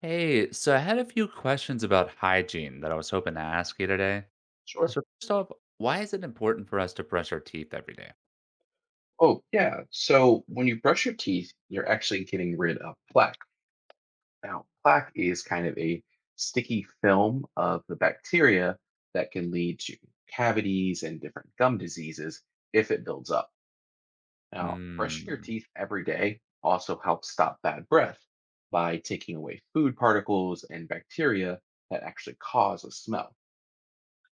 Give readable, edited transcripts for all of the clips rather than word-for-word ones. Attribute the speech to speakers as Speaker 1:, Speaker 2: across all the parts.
Speaker 1: Hey, so I had a few questions about hygiene that I was hoping to ask you today.
Speaker 2: Sure.
Speaker 1: So first off, why is it important for us to brush our teeth every day?
Speaker 2: Oh, yeah. So when you brush your teeth, you're actually getting rid of plaque. Now, plaque is kind of a sticky film of the bacteria that can lead to cavities and different gum diseases if it builds up. Now, brushing your
Speaker 1: Mm,
Speaker 2: teeth every day also helps stop bad breath by taking away food particles and bacteria that actually cause a smell.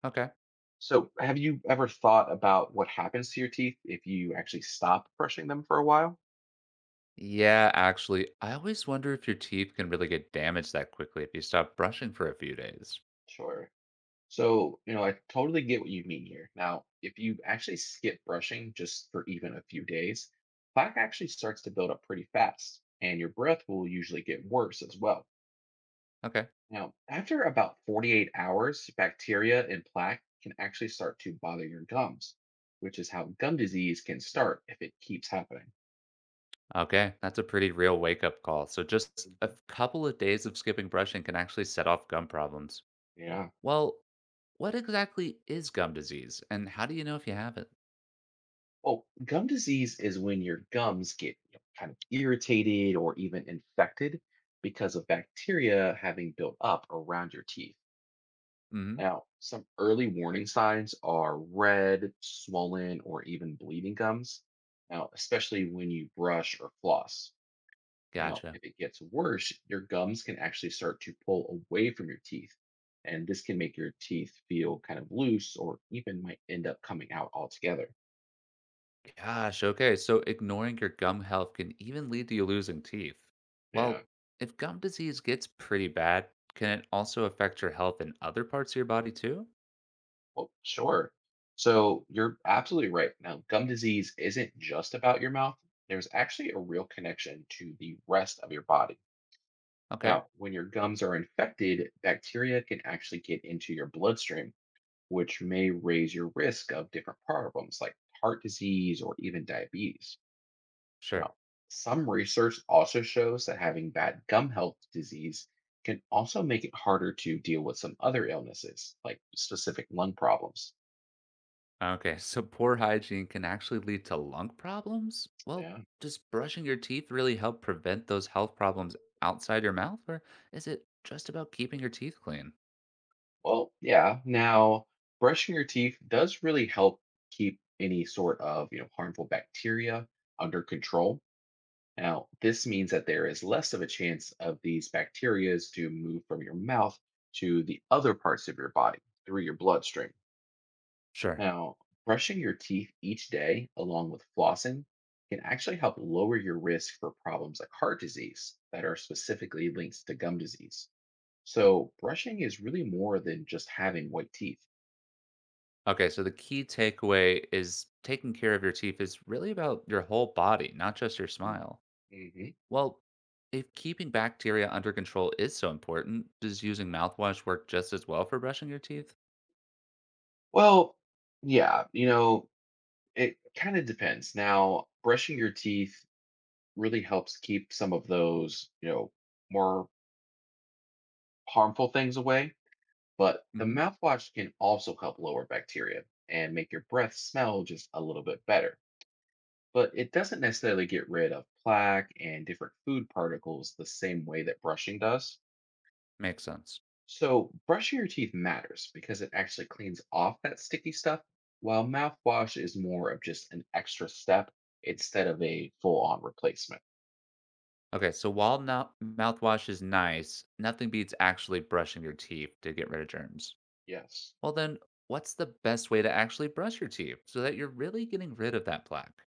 Speaker 1: okay.
Speaker 2: So, have you ever thought about what happens to your teeth if you actually stop brushing them for a while?
Speaker 1: Yeah, actually, I always wonder if your teeth can really get damaged that quickly if you stop brushing for a few days.
Speaker 2: Sure. So, I totally get what you mean here. Now, if you actually skip brushing just for even a few days, plaque actually starts to build up pretty fast, and your breath will usually get worse as well.
Speaker 1: Okay.
Speaker 2: Now, after about 48 hours, bacteria and plaque can actually start to bother your gums, which is how gum disease can start if it keeps happening.
Speaker 1: Okay, that's a pretty real wake-up call. So just a
Speaker 2: hmm
Speaker 1: couple of days of skipping brushing can actually set off gum problems.
Speaker 2: Yeah.
Speaker 1: Well, what exactly is gum disease, and how do you know if you have it?
Speaker 2: Well, gum disease is when your gums get kind of irritated or even infected because of bacteria having built up around your teeth.
Speaker 1: Mm,
Speaker 2: Now, some early warning signs are red, swollen, or even bleeding gums. Now, especially when you brush or floss. Now,
Speaker 1: gotcha.
Speaker 2: if it gets worse, your gums can actually start to pull away from your teeth. And this can make your teeth feel kind of loose or even might end up coming out altogether.
Speaker 1: Gosh, okay, so ignoring your gum health can even lead to you losing teeth.
Speaker 2: Yeah.
Speaker 1: Well, if gum disease gets pretty bad, can it also affect your health in other parts of your body too?
Speaker 2: Well, sure. So you're absolutely right. Now, gum disease isn't just about your mouth. There's actually a real connection to the rest of your body.
Speaker 1: Okay,
Speaker 2: Now, when your gums are infected, bacteria can actually get into your bloodstream, which may raise your risk of different problems like heart disease or even diabetes.
Speaker 1: sure.
Speaker 2: Now, some research also shows that having bad gum health disease can also make it harder to deal with some other illnesses, like specific lung problems.
Speaker 1: Okay, so poor hygiene can actually lead to lung problems? Well,
Speaker 2: Yeah.
Speaker 1: does brushing your teeth really help prevent those health problems outside your mouth, or is it just about keeping your teeth clean?
Speaker 2: Well, yeah. Now, brushing your teeth does really help keep any sort of, harmful bacteria under control. Now, this means that there is less of a chance of these bacterias to move from your mouth to the other parts of your body through your bloodstream.
Speaker 1: Sure.
Speaker 2: Now, brushing your teeth each day along with flossing can actually help lower your risk for problems like heart disease that are specifically linked to gum disease. So, brushing is really more than just having white teeth.
Speaker 1: Okay, so the key takeaway is taking care of your teeth is really about your whole body, not just your smile.
Speaker 2: Mm-hmm.
Speaker 1: Well, if keeping bacteria under control is so important, does using mouthwash work just as well for brushing your teeth?
Speaker 2: Well, yeah, it kind of depends. Now, brushing your teeth really helps keep some of those, more harmful things away, but the
Speaker 1: Hmm.
Speaker 2: mouthwash can also help lower bacteria and make your breath smell just a little bit better. But it doesn't necessarily get rid of plaque and different food particles the same way that brushing does.
Speaker 1: Makes sense.
Speaker 2: So, brushing your teeth matters because it actually cleans off that sticky stuff, while mouthwash is more of just an extra step instead of a full on replacement.
Speaker 1: Okay, so while now mouthwash is nice, nothing beats actually brushing your teeth to get rid of germs.
Speaker 2: Yes.
Speaker 1: Well, then, what's the best way to actually brush your teeth so that you're really getting rid of that plaque?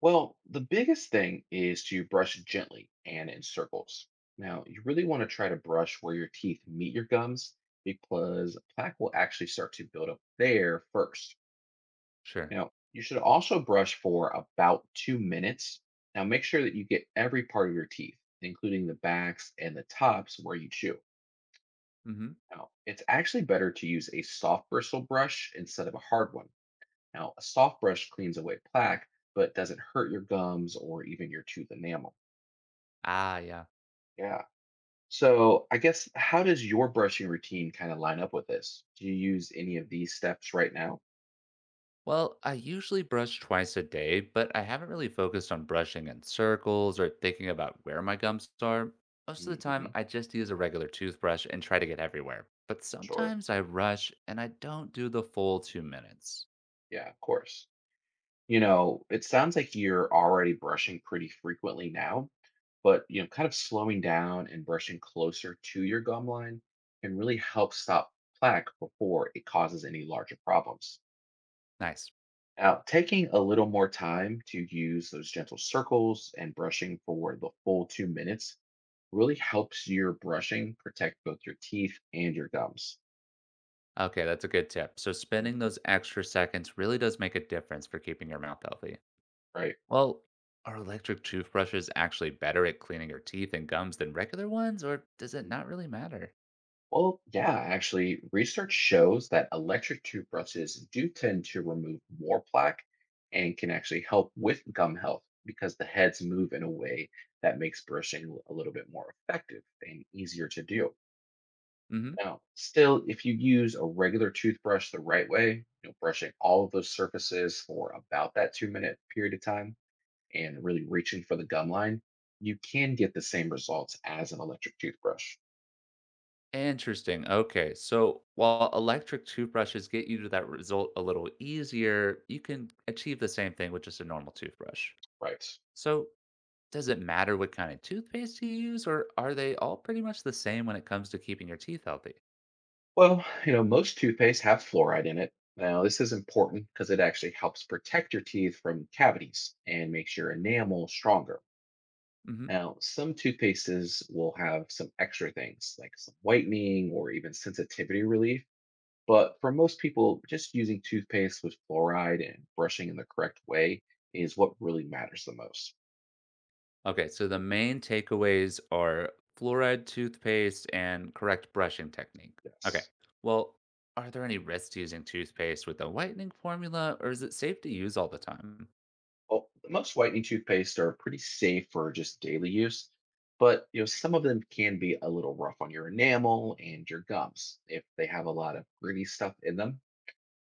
Speaker 2: Well, the biggest thing is to brush gently and in circles. Now, you really want to try to brush where your teeth meet your gums because plaque will actually start to build up there first.
Speaker 1: Sure.
Speaker 2: Now, you should also brush for about 2 minutes. Now, make sure that you get every part of your teeth, including the backs and the tops where you chew.
Speaker 1: Hmm.
Speaker 2: Now, it's actually better to use a soft bristle brush instead of a hard one. Now, a soft brush cleans away plaque, but doesn't hurt your gums or even your tooth enamel.
Speaker 1: Ah, yeah.
Speaker 2: Yeah. So, I guess, how does your brushing routine kind of line up with this? Do you use any of these steps right now?
Speaker 1: Well, I usually brush twice a day, but I haven't really focused on brushing in circles or thinking about where my gums are. Most of the time,
Speaker 2: hmm
Speaker 1: I just use a regular toothbrush and try to get everywhere. But
Speaker 2: Sure.
Speaker 1: sometimes I rush and I don't do the full 2 minutes.
Speaker 2: Yeah, of course. You know, it sounds like you're already brushing pretty frequently now, but kind of slowing down and brushing closer to your gum line can really help stop plaque before it causes any larger problems.
Speaker 1: Nice.
Speaker 2: Now, taking a little more time to use those gentle circles and brushing for the full 2 minutes really helps your brushing protect both your teeth and your gums.
Speaker 1: Okay, that's a good tip. So, spending
Speaker 2: Mhm.
Speaker 1: those extra seconds really does make a difference for keeping your mouth healthy.
Speaker 2: Right.
Speaker 1: Well, are electric toothbrushes actually better at cleaning your teeth and gums than regular ones, or does it not really matter?
Speaker 2: Well, yeah, actually, research shows that electric toothbrushes do tend to remove more plaque and can actually help with gum health because the heads move in a way that makes brushing a little bit more effective and easier to do.
Speaker 1: Hmm.
Speaker 2: Now, still, if you use a regular toothbrush the right way, brushing all of those surfaces for about that 2 minute period of time and really reaching for the gum line, you can get the same results as an electric toothbrush,
Speaker 1: Interesting. Okay. So while electric toothbrushes get you to that result a little easier, you can achieve the same thing with just a normal toothbrush.
Speaker 2: right?
Speaker 1: So does it matter what kind of toothpaste you use, or are they all pretty much the same when it comes to keeping your teeth healthy?
Speaker 2: Well, you know, most toothpaste have fluoride in it. Now, this is important because it actually helps protect your teeth from cavities and makes your enamel stronger.
Speaker 1: Hmm.
Speaker 2: Now, some toothpastes will have some extra things like some whitening or even sensitivity relief. But for most people, just using toothpaste with fluoride and brushing in the correct way is what really matters the most.
Speaker 1: Okay. So the main takeaways are fluoride toothpaste and correct brushing technique. Okay.
Speaker 2: Yes.
Speaker 1: Well, are there any risks to using toothpaste with a whitening formula, or is it safe to use all the time?
Speaker 2: Well, most whitening toothpaste are pretty safe for just daily use, but you know some of them can be a little rough on your enamel and your gums if they have a lot of gritty stuff in them.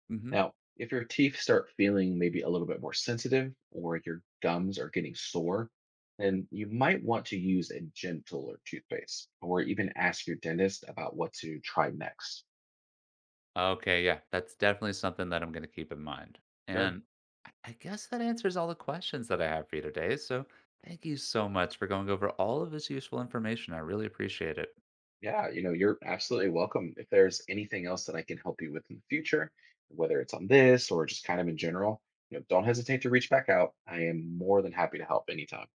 Speaker 1: Hmm.
Speaker 2: Now, if your teeth start feeling maybe a little bit more sensitive or your gums are getting sore, then you might want to use a gentler toothpaste or even ask your dentist about what to try next.
Speaker 1: Okay, yeah, that's definitely something that I'm gonna keep in mind.
Speaker 2: Good.
Speaker 1: And I guess that answers all the questions that I have for you today. So thank you so much for going over all of this useful information. I really appreciate it.
Speaker 2: Yeah, you know, you're absolutely welcome. If there's anything else that I can help you with in the future, whether it's on this or just kind of in general, you know, don't hesitate to reach back out. I am more than happy to help anytime.